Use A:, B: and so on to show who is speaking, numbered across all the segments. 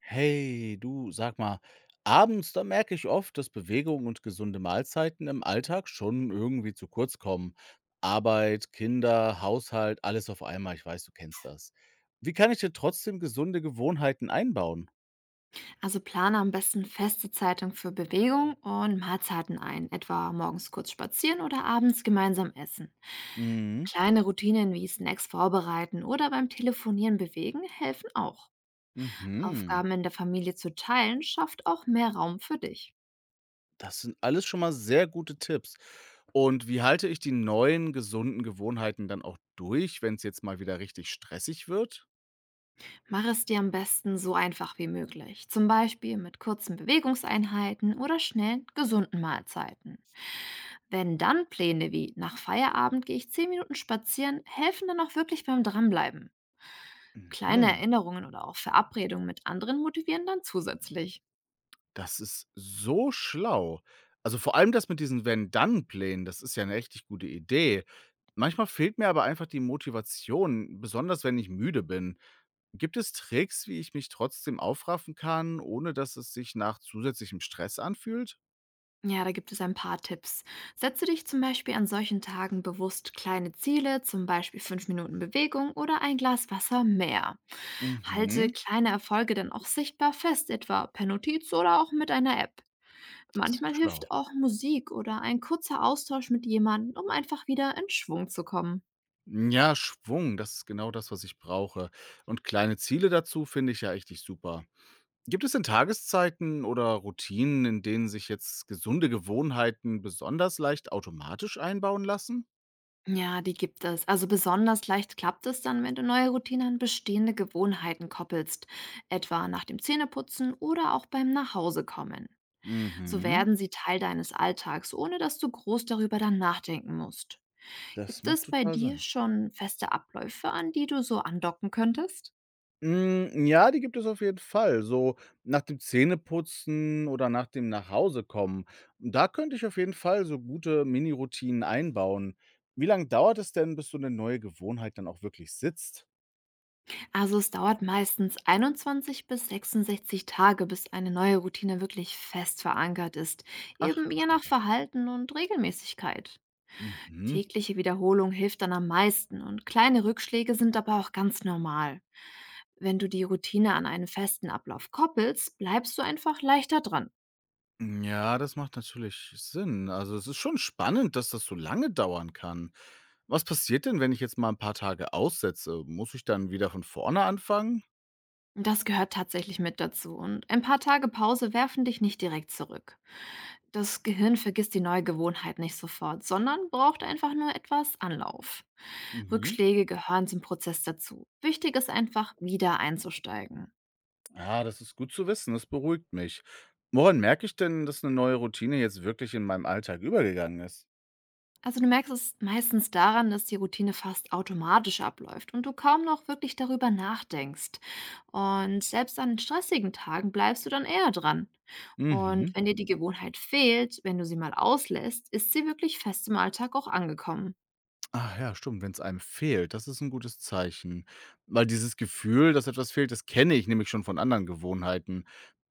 A: Hey, du, sag mal, abends, da merke ich oft, dass Bewegung und gesunde Mahlzeiten im Alltag schon irgendwie zu kurz kommen. Arbeit, Kinder, Haushalt, alles auf einmal, ich weiß, du kennst das. Wie kann ich denn trotzdem gesunde Gewohnheiten einbauen?
B: Also plane am besten feste Zeitungen für Bewegung und Mahlzeiten ein, etwa morgens kurz spazieren oder abends gemeinsam essen.
A: Mhm.
B: Kleine Routinen wie Snacks vorbereiten oder beim Telefonieren bewegen helfen auch.
A: Mhm.
B: Aufgaben in der Familie zu teilen schafft auch mehr Raum für dich.
A: Das sind alles schon mal sehr gute Tipps. Und wie halte ich die neuen gesunden Gewohnheiten dann auch durch, wenn es jetzt mal wieder richtig stressig wird?
B: Mach es dir am besten so einfach wie möglich, zum Beispiel mit kurzen Bewegungseinheiten oder schnellen, gesunden Mahlzeiten. Wenn dann Pläne wie nach Feierabend gehe ich 10 Minuten spazieren helfen, dann auch wirklich beim Dranbleiben. Kleine
A: Mhm.
B: Erinnerungen oder auch Verabredungen mit anderen motivieren dann zusätzlich.
A: Das ist so schlau. Also, vor allem das mit diesen Wenn-Dann-Plänen, das ist ja 'ne richtig gute Idee. Manchmal fehlt mir aber einfach die Motivation, besonders wenn ich müde bin. Gibt es Tricks, wie ich mich trotzdem aufraffen kann, ohne dass es sich nach zusätzlichem Stress anfühlt?
B: Ja, da gibt es ein paar Tipps. Setze dich zum Beispiel an solchen Tagen bewusst kleine Ziele, zum Beispiel 5 Minuten Bewegung oder ein Glas Wasser mehr. Halte
A: Mhm,
B: kleine Erfolge dann auch sichtbar fest, etwa per Notiz oder auch mit einer App.
A: das ist
B: Manchmal
A: schlau.
B: hilft auch Musik oder ein kurzer Austausch mit jemandem, um einfach wieder in Schwung zu kommen.
A: Ja, Schwung, das ist genau das, was ich brauche. Und kleine Ziele dazu finde ich ja richtig super. Gibt es denn Tageszeiten oder Routinen, in denen sich jetzt gesunde Gewohnheiten besonders leicht automatisch einbauen lassen?
B: Ja, die gibt es. Also besonders leicht klappt es dann, wenn du neue Routinen an bestehende Gewohnheiten koppelst, etwa nach dem Zähneputzen oder auch beim Nachhausekommen. So
A: Mhm,
B: werden sie Teil deines Alltags, ohne dass du groß darüber dann nachdenken musst.
A: das
B: Gibt
A: macht
B: es bei
A: total
B: dir
A: Sinn.
B: schon feste Abläufe, an die du so andocken könntest?
A: Hm, ja, die gibt es auf jeden Fall. So nach dem Zähneputzen oder nach dem Nachhausekommen. Da könnte ich auf jeden Fall so gute Mini-Routinen einbauen. Wie lange dauert es denn, bis so eine neue Gewohnheit dann auch wirklich sitzt?
B: Also es dauert meistens 21 bis 66 Tage, bis eine neue Routine wirklich fest verankert ist,
A: Ach
B: eben
A: du
B: je nach
A: Schande.
B: Verhalten und Regelmäßigkeit.
A: Mhm.
B: Tägliche Wiederholung hilft dann am meisten und kleine Rückschläge sind aber auch ganz normal. Wenn du die Routine an einen festen Ablauf koppelst, bleibst du einfach leichter dran.
A: Mm, ja, das macht natürlich Sinn. Also, es ist schon spannend, dass das so lange dauern kann. Was passiert denn, wenn ich jetzt mal ein paar Tage aussetze? Muss ich dann wieder von vorne anfangen?
B: Das gehört tatsächlich mit dazu und ein paar Tage Pause werfen dich nicht direkt zurück. Das Gehirn vergisst die neue Gewohnheit nicht sofort, sondern braucht einfach nur etwas Anlauf.
A: Mhm.
B: Rückschläge gehören zum Prozess dazu. Wichtig ist einfach, wieder einzusteigen.
A: Ah, das ist gut zu wissen, das beruhigt mich. Woran merke ich denn, dass eine neue Routine jetzt wirklich in meinem Alltag übergegangen ist?
B: Also du merkst es meistens daran, dass die Routine fast automatisch abläuft und du kaum noch wirklich darüber nachdenkst. Und selbst an stressigen Tagen bleibst du dann eher dran. Und
A: Mhm.
B: wenn dir die Gewohnheit fehlt, wenn du sie mal auslässt, ist sie wirklich fest im Alltag auch angekommen.
A: Ah ja, stimmt, wenn es einem fehlt, das ist ein gutes Zeichen. Weil dieses Gefühl, dass etwas fehlt, das kenne ich nämlich schon von anderen Gewohnheiten.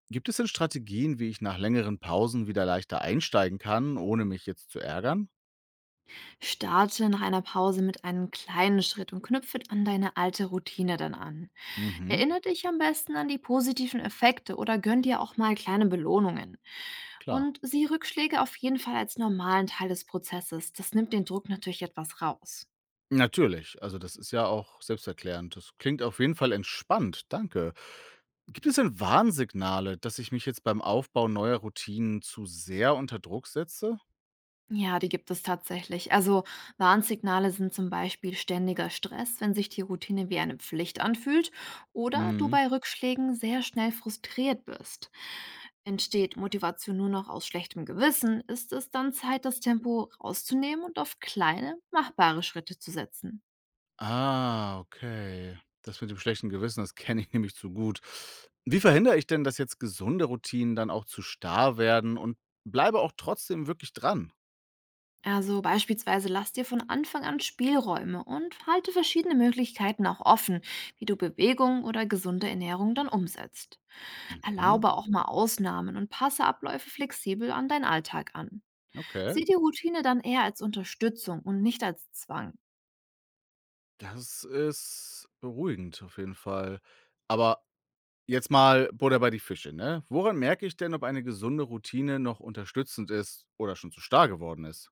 A: Gibt es denn Strategien, wie ich nach längeren Pausen wieder leichter einsteigen kann, ohne mich jetzt zu ärgern?
B: Starte nach einer Pause mit einem kleinen Schritt und knüpfe an deine alte Routine dann an.
A: Mhm,
B: Erinnere dich am besten an die positiven Effekte oder gönn dir auch mal kleine Belohnungen.
A: klar.
B: Und sieh Rückschläge auf jeden Fall als normalen Teil des Prozesses. Das nimmt den Druck natürlich etwas raus.
A: Natürlich. Also, das ist ja auch selbsterklärend. Das klingt auf jeden Fall entspannt. Danke. Gibt es denn Warnsignale, dass ich mich jetzt beim Aufbau neuer Routinen zu sehr unter Druck setze?
B: Ja, die gibt es tatsächlich. Also Warnsignale sind zum Beispiel ständiger Stress, wenn sich die Routine wie eine Pflicht anfühlt oder du
A: Mhm.
B: bei Rückschlägen sehr schnell frustriert bist. Entsteht Motivation nur noch aus schlechtem Gewissen, ist es dann Zeit, das Tempo rauszunehmen und auf kleine, machbare Schritte zu setzen.
A: Ah, okay. Das mit dem schlechten Gewissen, das kenne ich nämlich zu gut. Wie verhindere ich denn, dass jetzt gesunde Routinen dann auch zu starr werden und bleibe auch trotzdem wirklich dran?
B: Also beispielsweise lass dir von Anfang an Spielräume und halte verschiedene Möglichkeiten auch offen, wie du Bewegung oder gesunde Ernährung dann umsetzt.
A: Mhm.
B: Erlaube auch mal Ausnahmen und passe Abläufe flexibel an deinen Alltag an.
A: Okay,
B: Sieh die Routine dann eher als Unterstützung und nicht als Zwang.
A: das ist beruhigend auf jeden Fall. Aber jetzt mal Butter bei die Fische, ne? Woran merke ich denn, ob eine gesunde Routine noch unterstützend ist oder schon zu starr geworden ist?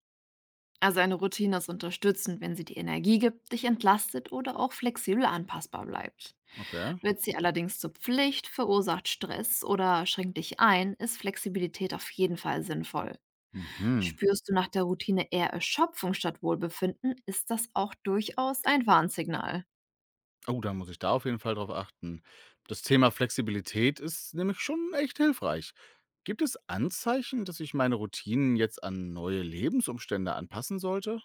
B: Also eine Routine ist unterstützend, wenn sie die Energie gibt, dich entlastet oder auch flexibel anpassbar bleibt.
A: Okay.
B: Wird sie allerdings zur Pflicht, verursacht Stress oder schränkt dich ein, ist Flexibilität auf jeden Fall sinnvoll.
A: Mhm.
B: Spürst du nach der Routine eher Erschöpfung statt Wohlbefinden, ist das auch durchaus ein Warnsignal.
A: Oh, dann muss ich da auf jeden Fall drauf achten. Das Thema Flexibilität ist nämlich schon echt hilfreich. Gibt es Anzeichen, dass ich meine Routinen jetzt an neue Lebensumstände anpassen sollte?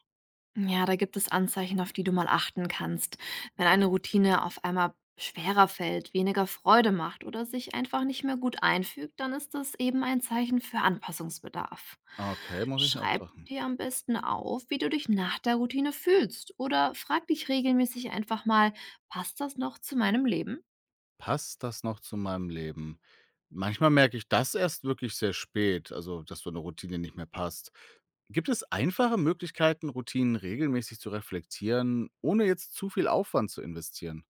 B: Ja, da gibt es Anzeichen, auf die du mal achten kannst. Wenn eine Routine auf einmal schwerer fällt, weniger Freude macht oder sich einfach nicht mehr gut einfügt, dann ist das eben ein Zeichen für Anpassungsbedarf.
A: Okay, muss ich
B: Schreib
A: auftragen.
B: dir am besten auf, wie du dich nach der Routine fühlst oder frag dich regelmäßig einfach mal, passt das noch zu meinem Leben?
A: Passt das noch zu meinem Leben? Manchmal merke ich das erst wirklich sehr spät, also dass so eine Routine nicht mehr passt. Gibt es einfache Möglichkeiten, Routinen regelmäßig zu reflektieren, ohne jetzt zu viel Aufwand zu investieren?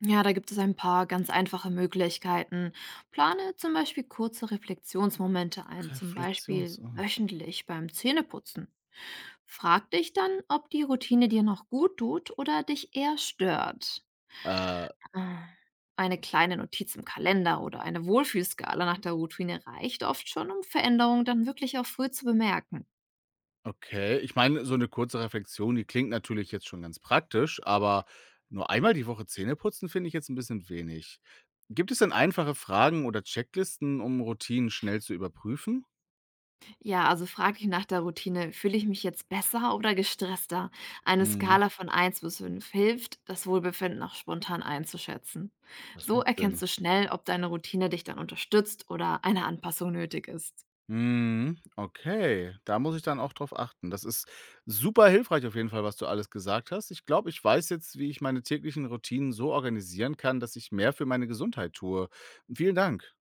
B: Ja, da gibt es ein paar ganz einfache Möglichkeiten. Plane zum Beispiel kurze Reflexionsmomente ein, zum
A: Reflexions
B: Beispiel
A: oh.
B: wöchentlich beim Zähneputzen. Frag dich dann, ob die Routine dir noch gut tut oder dich eher stört.
A: Äh,
B: Ah, Eine kleine Notiz im Kalender oder eine Wohlfühlskala nach der Routine reicht oft schon, um Veränderungen dann wirklich auch früh zu bemerken.
A: okay. Ich meine, so eine kurze Reflexion, die klingt natürlich jetzt schon ganz praktisch, aber nur einmal die Woche Zähne putzen finde ich jetzt ein bisschen wenig. Gibt es denn einfache Fragen oder Checklisten, um Routinen schnell zu überprüfen?
B: Ja, also frag dich nach der Routine, fühle ich mich jetzt besser oder gestresster? Eine
A: Mhm,
B: Skala von eins bis 5 hilft, das Wohlbefinden auch spontan einzuschätzen.
A: das
B: So
A: macht
B: erkennst
A: Sinn.
B: du schnell, ob deine Routine dich dann unterstützt oder eine Anpassung nötig ist.
A: Mhm, okay, da muss ich dann auch drauf achten. Das ist super hilfreich auf jeden Fall, was du alles gesagt hast. Ich glaube, ich weiß jetzt, wie ich meine täglichen Routinen so organisieren kann, dass ich mehr für meine Gesundheit tue. Vielen Dank.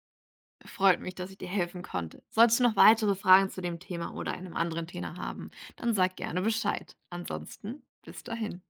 B: Freut mich, dass ich dir helfen konnte. Solltest du noch weitere Fragen zu dem Thema oder einem anderen Thema haben, dann sag gerne Bescheid. Ansonsten, bis dahin.